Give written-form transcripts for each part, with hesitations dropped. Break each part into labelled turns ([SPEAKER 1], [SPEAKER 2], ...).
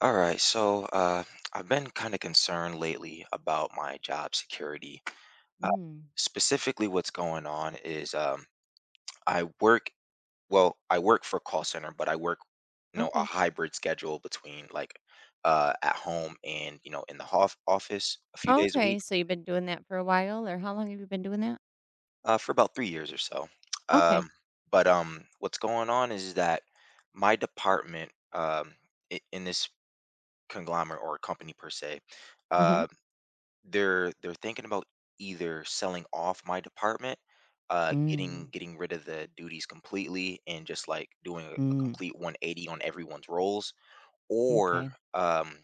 [SPEAKER 1] All right, I've been kind of concerned lately about my job security. Uh,
[SPEAKER 2] Mm,
[SPEAKER 1] specifically, what's going on is I work, well, I work for a call center, but I work, you know, a
[SPEAKER 2] okay.
[SPEAKER 1] hybrid schedule between like at home and, you know, in the office a few days a
[SPEAKER 2] Okay,
[SPEAKER 1] week
[SPEAKER 2] so you've been doing that for a while, or how long have you been doing that?
[SPEAKER 1] for about 3 years or so.
[SPEAKER 2] Okay.
[SPEAKER 1] Um, but what's going on is that my department in this conglomerate or company per se,
[SPEAKER 2] Mhm.
[SPEAKER 1] uh, they're thinking about either selling off my department, getting
[SPEAKER 2] Mm,
[SPEAKER 1] getting rid of the duties completely and just like doing a
[SPEAKER 2] mm,
[SPEAKER 1] complete 180 on everyone's roles, or
[SPEAKER 2] okay.
[SPEAKER 1] um,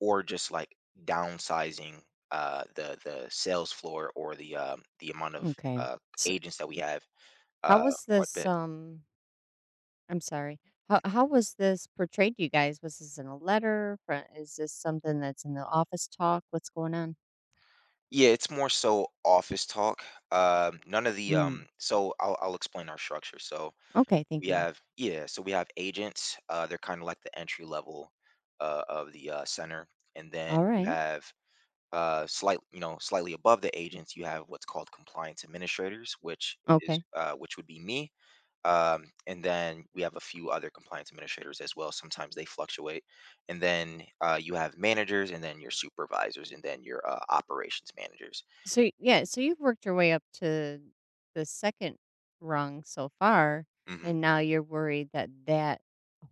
[SPEAKER 1] or just like downsizing the sales floor or the the amount of
[SPEAKER 2] Okay. So
[SPEAKER 1] agents that we have
[SPEAKER 2] how
[SPEAKER 1] uh,
[SPEAKER 2] was
[SPEAKER 1] quite a
[SPEAKER 2] this,
[SPEAKER 1] bit.
[SPEAKER 2] I'm sorry. How was this portrayed to you guys? Was this in a letter? Fr is this something that's in the office talk? What's going on?
[SPEAKER 1] Yeah, it's more so office talk. None of the
[SPEAKER 2] Mm,
[SPEAKER 1] um. So I'll explain our structure. So
[SPEAKER 2] okay, thank you.
[SPEAKER 1] We have agents, they're kinda like the entry level, of the center, and then you
[SPEAKER 2] Alright.
[SPEAKER 1] have, slightly above the agents, you have what's called compliance administrators, which is,
[SPEAKER 2] Okay.
[SPEAKER 1] which would be me, and then we have a few other compliance administrators as well, sometimes they fluctuate, and then, you have managers, and then your supervisors, and then your, operations managers.
[SPEAKER 2] So yeah, so you've worked your way up to the second rung so far,
[SPEAKER 1] Mhm,
[SPEAKER 2] and now you're worried that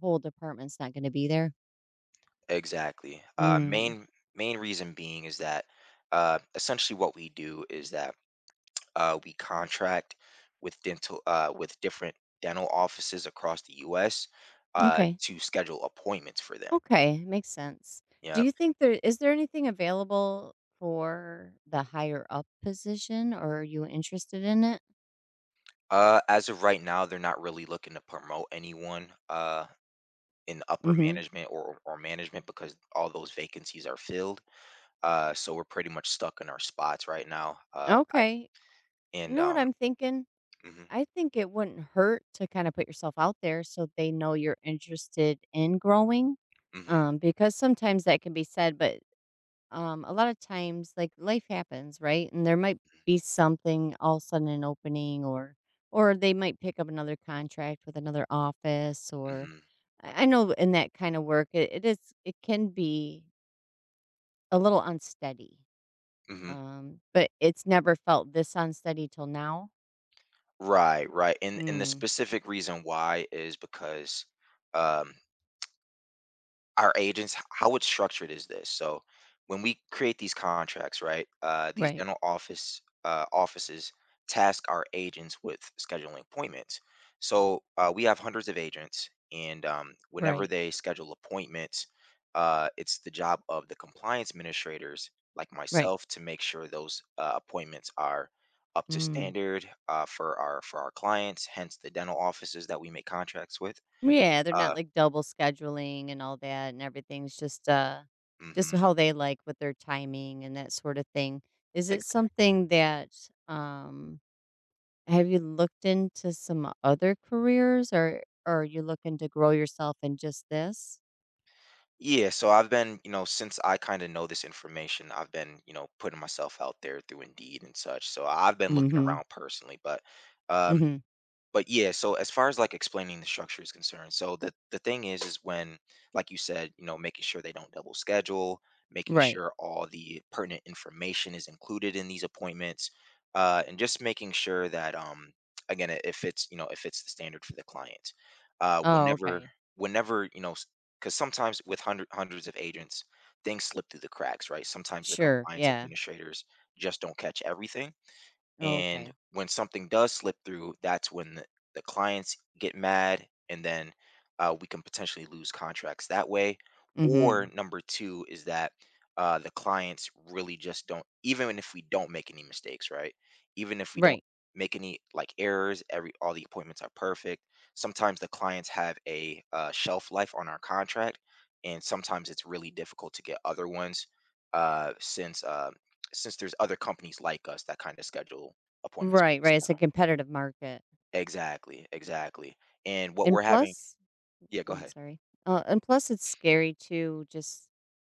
[SPEAKER 2] whole department's not going to be there.
[SPEAKER 1] exactly,
[SPEAKER 2] Mm,
[SPEAKER 1] main reason being is that, essentially what we do is that we contract with dental with different dental offices across the U.S.
[SPEAKER 2] okay,
[SPEAKER 1] To schedule appointments for them.
[SPEAKER 2] okay, makes sense. Do
[SPEAKER 1] Yeah.
[SPEAKER 2] you think there is there anything available for the higher up position, or are you interested in it?
[SPEAKER 1] As of right now, they're not really looking to promote anyone in upper
[SPEAKER 2] Hmm.
[SPEAKER 1] management or management because all those vacancies are filled. So we're pretty much stuck in our spots right now. I,
[SPEAKER 2] Okay, you
[SPEAKER 1] and
[SPEAKER 2] know what I'm thinking.
[SPEAKER 1] mhm,
[SPEAKER 2] I think it wouldn't hurt to kinda put yourself out there so they know you're interested in growing,
[SPEAKER 1] mhm,
[SPEAKER 2] because sometimes that can be said, but, a lot of times, like, life happens, right? And there might be something all of a sudden an opening or they might pick up another contract with another office or
[SPEAKER 1] mhm,
[SPEAKER 2] I know in that kind of work, it is it can be a little unsteady,
[SPEAKER 1] mhm.
[SPEAKER 2] but it's never felt this unsteady till now.
[SPEAKER 1] Right, right. And the
[SPEAKER 2] Mm.
[SPEAKER 1] specific reason why is because um, our agents how it's structured is this. So when we create these contracts, right, these
[SPEAKER 2] Right,
[SPEAKER 1] dental offices task our agents with scheduling appointments. So we have hundreds of agents and whenever
[SPEAKER 2] right,
[SPEAKER 1] they schedule appointments, it's the job of the compliance administrators like
[SPEAKER 2] right.
[SPEAKER 1] myself to make sure those appointments are up to
[SPEAKER 2] Mm.
[SPEAKER 1] standard, for our clients, hence the dental offices that we make contracts with.
[SPEAKER 2] Yeah, they're
[SPEAKER 1] uh,
[SPEAKER 2] not, like, double scheduling and all that, and everything's just
[SPEAKER 1] mhm,
[SPEAKER 2] how they like with their timing and that sort of thing. Is it something that, um have you looked into some other careers, or are you looking to grow yourself in just this?
[SPEAKER 1] Yeah, so I've been, you know, since I kind of know this information, I've been, you know, putting myself out there through Indeed and such. So I've been looking
[SPEAKER 2] Mhm.
[SPEAKER 1] around personally, um,
[SPEAKER 2] Mhm.
[SPEAKER 1] but yeah, so as far as like explaining the structure is concerned, so the thing is when, like you said, you know, making sure they don't double schedule, making
[SPEAKER 2] Right.
[SPEAKER 1] sure all the pertinent information is included in these appointments, and just making sure that again it fits, you know, it fits the standard for the client. Uh
[SPEAKER 2] Oh,
[SPEAKER 1] whenever
[SPEAKER 2] okay.
[SPEAKER 1] whenever you know, because sometimes with hundreds of agents, things slip through the cracks, right? Sometimes the
[SPEAKER 2] Sure,
[SPEAKER 1] compliance
[SPEAKER 2] yeah.
[SPEAKER 1] administrators just don't catch everything, and
[SPEAKER 2] Okay.
[SPEAKER 1] when something does slip through, that's when the clients get mad, and then we can potentially lose contracts that way. Or
[SPEAKER 2] Mhm.
[SPEAKER 1] number two is that the clients really just don't, even if we don't make any mistakes, right? Even if we don't
[SPEAKER 2] Right.
[SPEAKER 1] make any like errors, every all the appointments are perfect. Sometimes the clients have a shelf life on our contract, and sometimes it's really difficult to get other ones uh, since uh, since there's other companies like us that kinda schedule appointments for
[SPEAKER 2] Right,
[SPEAKER 1] these
[SPEAKER 2] right, it's a
[SPEAKER 1] now.
[SPEAKER 2] competitive market.
[SPEAKER 1] Exactly, exactly, and what
[SPEAKER 2] And
[SPEAKER 1] we're having.
[SPEAKER 2] plus
[SPEAKER 1] Yeah, go
[SPEAKER 2] oh, I'm
[SPEAKER 1] ahead.
[SPEAKER 2] sorry. And plus, it's scary too, just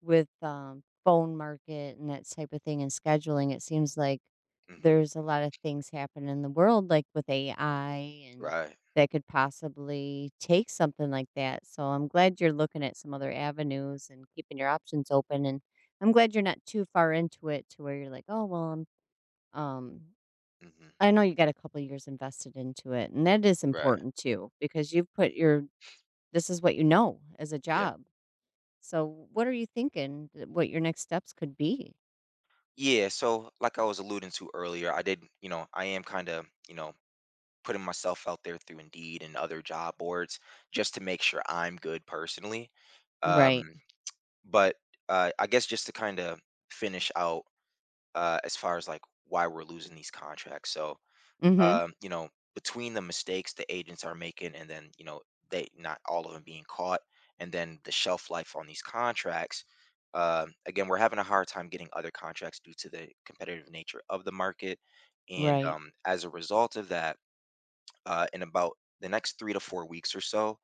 [SPEAKER 2] with phone market and that type of thing and scheduling. It seems like
[SPEAKER 1] Mhm.
[SPEAKER 2] there's a lot of things happening in the world, like with AI, and
[SPEAKER 1] Right.
[SPEAKER 2] that could possibly take something like that. So I'm glad you're looking at some other avenues and keeping your options open. And I'm glad you're not too far into it to where you're like, oh, well, I'm, um,
[SPEAKER 1] Mhm.
[SPEAKER 2] I know you got a couple years invested into it. And that is
[SPEAKER 1] Right.
[SPEAKER 2] important too, because you've put your this is what you know as a
[SPEAKER 1] Yeah.
[SPEAKER 2] job. So what are you thinking th what your next steps could be?
[SPEAKER 1] Yeah, so, like I was alluding to earlier, I did, you know, I am kinda, you know, putting myself out there through Indeed and other job boards just to make sure I'm good personally.
[SPEAKER 2] Right.
[SPEAKER 1] Um, but, I guess just to kinda finish out, as far as, like, why we're losing these contracts, so
[SPEAKER 2] Mhm.
[SPEAKER 1] you know, between the mistakes the agents are making and then, you know, they not all of them being caught, and then the shelf life on these contracts. Again, we're having a hard time getting other contracts due to the competitive nature of the market. And
[SPEAKER 2] Right.
[SPEAKER 1] as a result of that, in about the next 3 to 4 weeks or so,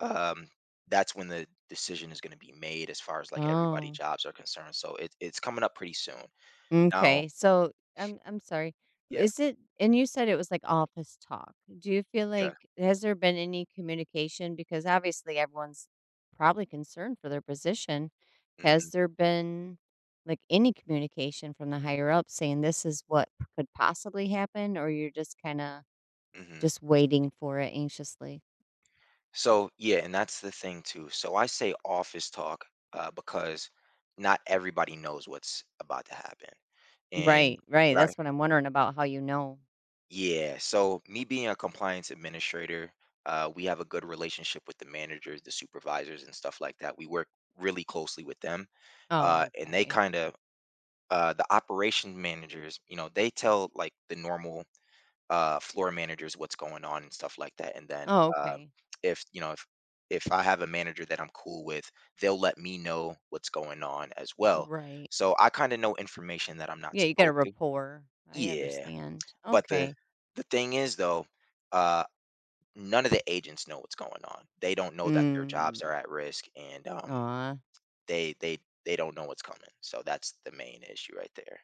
[SPEAKER 1] um, that's when the decision is going to be made as far as like everybody
[SPEAKER 2] Oh,
[SPEAKER 1] jobs are concerned. So it, it's coming up pretty soon. Now,
[SPEAKER 2] okay. So I'm sorry.
[SPEAKER 1] yeah,
[SPEAKER 2] Is it and you said it was like office talk. Do you feel
[SPEAKER 1] yeah.
[SPEAKER 2] like has there been any communication? Because obviously everyone's probably concerned for their position.
[SPEAKER 1] hmm
[SPEAKER 2] Has there been, like, any communication from the higher up saying this is what p- could possibly happen, or you're just kinda
[SPEAKER 1] hmm
[SPEAKER 2] just waiting for it anxiously?
[SPEAKER 1] So yeah, and that's the thing too. So I say office talk because not everybody knows what's about to happen. And
[SPEAKER 2] Right, right,
[SPEAKER 1] what I
[SPEAKER 2] that's what I'm wondering about how you know.
[SPEAKER 1] yeah, so me being a compliance administrator, we have a good relationship with the managers, the supervisors, and stuff like that. We work really closely with them,
[SPEAKER 2] Oh,
[SPEAKER 1] and they
[SPEAKER 2] okay.
[SPEAKER 1] kind of the operation managers, you know, they tell like the normal floor managers what's going on and stuff like that. And then
[SPEAKER 2] Oh, okay.
[SPEAKER 1] if you know if I have a manager that I'm cool with, they'll let me know what's going on as well.
[SPEAKER 2] Right.
[SPEAKER 1] So I kind of know information that I'm not
[SPEAKER 2] Yeah, you got a
[SPEAKER 1] supposed to.
[SPEAKER 2] rapport. I
[SPEAKER 1] Yeah,
[SPEAKER 2] understand.
[SPEAKER 1] but the
[SPEAKER 2] Okay.
[SPEAKER 1] the thing is though, uh, none of the agents know what's going on. They don't know that their
[SPEAKER 2] Mm,
[SPEAKER 1] jobs are at risk, and
[SPEAKER 2] aw.
[SPEAKER 1] they they they don't know what's coming. So that's the main issue right there.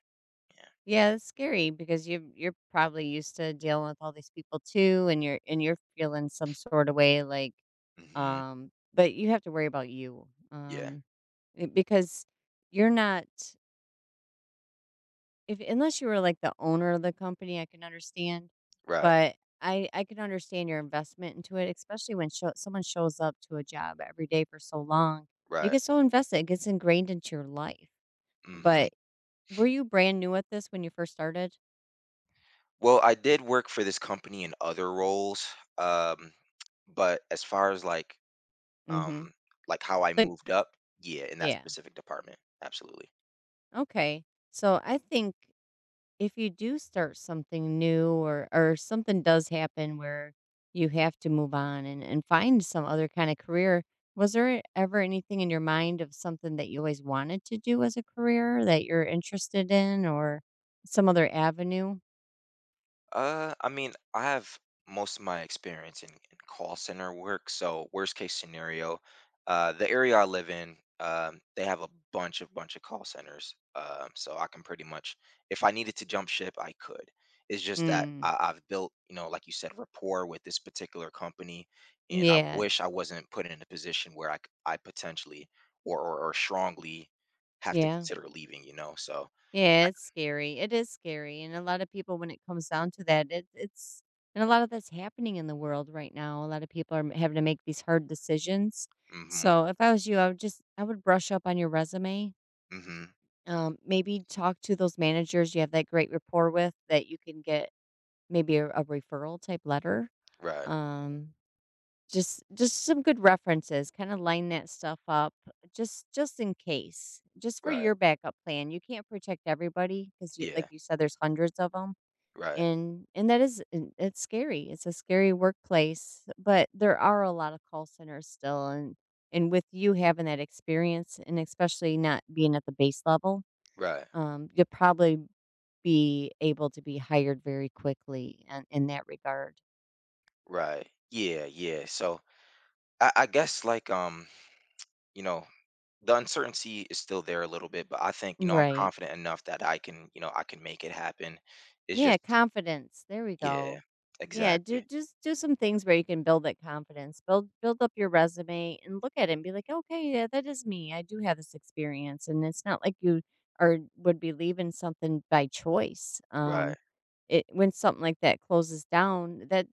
[SPEAKER 1] Yeah.
[SPEAKER 2] Yeah, it's scary because you're probably used to dealing with all these people too, and you're feeling some sort of way, like,
[SPEAKER 1] hmm
[SPEAKER 2] but you have to worry about you,
[SPEAKER 1] Yeah.
[SPEAKER 2] eh, because you're not if unless you were, like, the owner of the company, I can understand,
[SPEAKER 1] Right.
[SPEAKER 2] but I can understand your investment into it, especially when show someone shows up to a job every day for so long. You
[SPEAKER 1] Right.
[SPEAKER 2] get so invested, it gets ingrained into your life.
[SPEAKER 1] hmm
[SPEAKER 2] But were you brand new at this when you first started?
[SPEAKER 1] Well, I did work for this company in other roles, um, but as far as like
[SPEAKER 2] Mhm.
[SPEAKER 1] um like how I
[SPEAKER 2] Like
[SPEAKER 1] moved up, yeah, in that
[SPEAKER 2] yeah.
[SPEAKER 1] specific department, absolutely.
[SPEAKER 2] Okay. So, I think if you do start something new or something does happen where you have to move on and find some other kind of career, was there ever anything in your mind of something that you always wanted to do as a career that you're interested in or some other avenue?
[SPEAKER 1] I mean, I have most of my experience in call center work. So worst case scenario, the area I live in, they have a bunch of call centers. So I can pretty much, if I needed to jump ship, I could. It's just that
[SPEAKER 2] Mm.
[SPEAKER 1] I, I've built, you know, like you said, rapport with this particular company, and I
[SPEAKER 2] Yeah.
[SPEAKER 1] wish I wasn't put in a position where I potentially or strongly have to
[SPEAKER 2] Yeah.
[SPEAKER 1] consider leaving. You know, so.
[SPEAKER 2] Yeah, it's scary. It is scary, and a lot of people, when it comes down to that, it, it's and a lot of that's happening in the world right now. A lot of people are m- having to make these hard decisions.
[SPEAKER 1] Mm-hmm.
[SPEAKER 2] So, if I was you, I would just I would brush up on your resume.
[SPEAKER 1] Mm-hmm.
[SPEAKER 2] Maybe talk to those managers you have that great rapport with that you can get maybe a referral type letter.
[SPEAKER 1] Right.
[SPEAKER 2] Um, just some good references, kinda line that stuff up just in case, just for
[SPEAKER 1] Right.
[SPEAKER 2] your backup plan. You can't protect everybody 'cause you like
[SPEAKER 1] Yeah.
[SPEAKER 2] you said, there's hundreds of them,
[SPEAKER 1] Right.
[SPEAKER 2] and that is and it's scary. It's a scary workplace, but there are a lot of call centers still, and with you having that experience and especially not being at the base level,
[SPEAKER 1] Right,
[SPEAKER 2] you'll probably be able to be hired very quickly in that regard.
[SPEAKER 1] right. Yeah, yeah. So I guess like, you know, the uncertainty is still there a little bit, but I think, you know, I'm
[SPEAKER 2] Right.
[SPEAKER 1] confident enough that I can, you know, I can make it happen. It's
[SPEAKER 2] Yeah,
[SPEAKER 1] just
[SPEAKER 2] confidence. There we
[SPEAKER 1] yeah,
[SPEAKER 2] go. Yeah, do
[SPEAKER 1] exactly.
[SPEAKER 2] just do some things where you can build that confidence. Build up your resume and look at it and be like, "Okay, yeah, that is me. I do have this experience." And it's not like you are would be leaving something by choice.
[SPEAKER 1] Right.
[SPEAKER 2] It when something like that closes down, that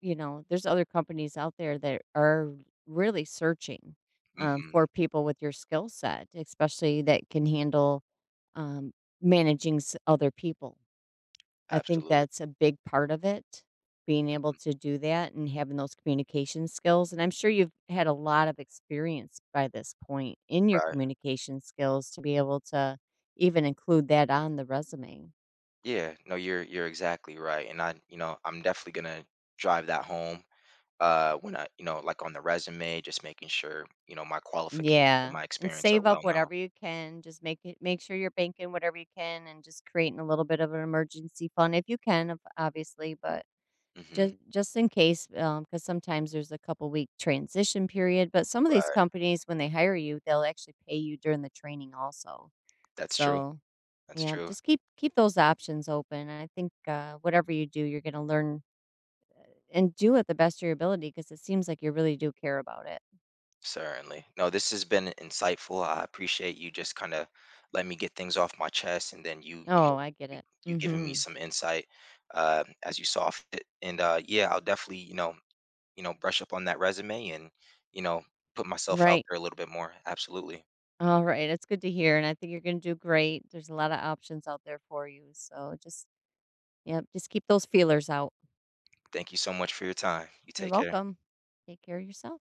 [SPEAKER 2] you know, there's other companies out there that are really searching
[SPEAKER 1] Mm-hmm.
[SPEAKER 2] for people with your skill set, especially that can handle um, managing s- other people. I think
[SPEAKER 1] Absolutely.
[SPEAKER 2] that's a big part of it, being able
[SPEAKER 1] Mhm,
[SPEAKER 2] to do that and having those communication skills, and I'm sure you've had a lot of experience by this point in your
[SPEAKER 1] right.
[SPEAKER 2] communication skills to be able to even include that on the resume.
[SPEAKER 1] Yeah. No, you're exactly right. And I, you know, I'm definitely gonna drive that home when I, you know, like on the resume, just making sure, you know, my qualifications and
[SPEAKER 2] Yeah,
[SPEAKER 1] my
[SPEAKER 2] and
[SPEAKER 1] experience are
[SPEAKER 2] save up
[SPEAKER 1] well known.
[SPEAKER 2] whatever you can, just make it make sure you're banking whatever you can and just creating a little bit of an emergency fund if you can, ob obviously, but
[SPEAKER 1] Mm-hmm.
[SPEAKER 2] just in case, because sometimes there's a couple week transition period, but some of these
[SPEAKER 1] Right.
[SPEAKER 2] companies, when they hire you, they'll actually pay you during the training also.
[SPEAKER 1] That's true.
[SPEAKER 2] So,
[SPEAKER 1] That's
[SPEAKER 2] yeah,
[SPEAKER 1] true.
[SPEAKER 2] just keep those options open, and I think, whatever you do, you're gonna learn and do it the best of your ability, because it seems like you really do care about it.
[SPEAKER 1] Certainly. No, this has been insightful. I appreciate you just kind of let me get things off my chest, and then you know,
[SPEAKER 2] Oh, I get
[SPEAKER 1] you
[SPEAKER 2] it.
[SPEAKER 1] you giving me
[SPEAKER 2] Mhm.
[SPEAKER 1] some insight, as you saw fit. And yeah, I'll definitely, you know, brush up on that resume and you know, put myself out
[SPEAKER 2] Right.
[SPEAKER 1] there a little bit more. Absolutely.
[SPEAKER 2] All right, it's good to hear, and I think you're gonna do great. There's a lot of options out there for you, so just yep, just keep those feelers out.
[SPEAKER 1] Thank you so much for your time. You
[SPEAKER 2] You're
[SPEAKER 1] take care.
[SPEAKER 2] welcome. Take care of yourself.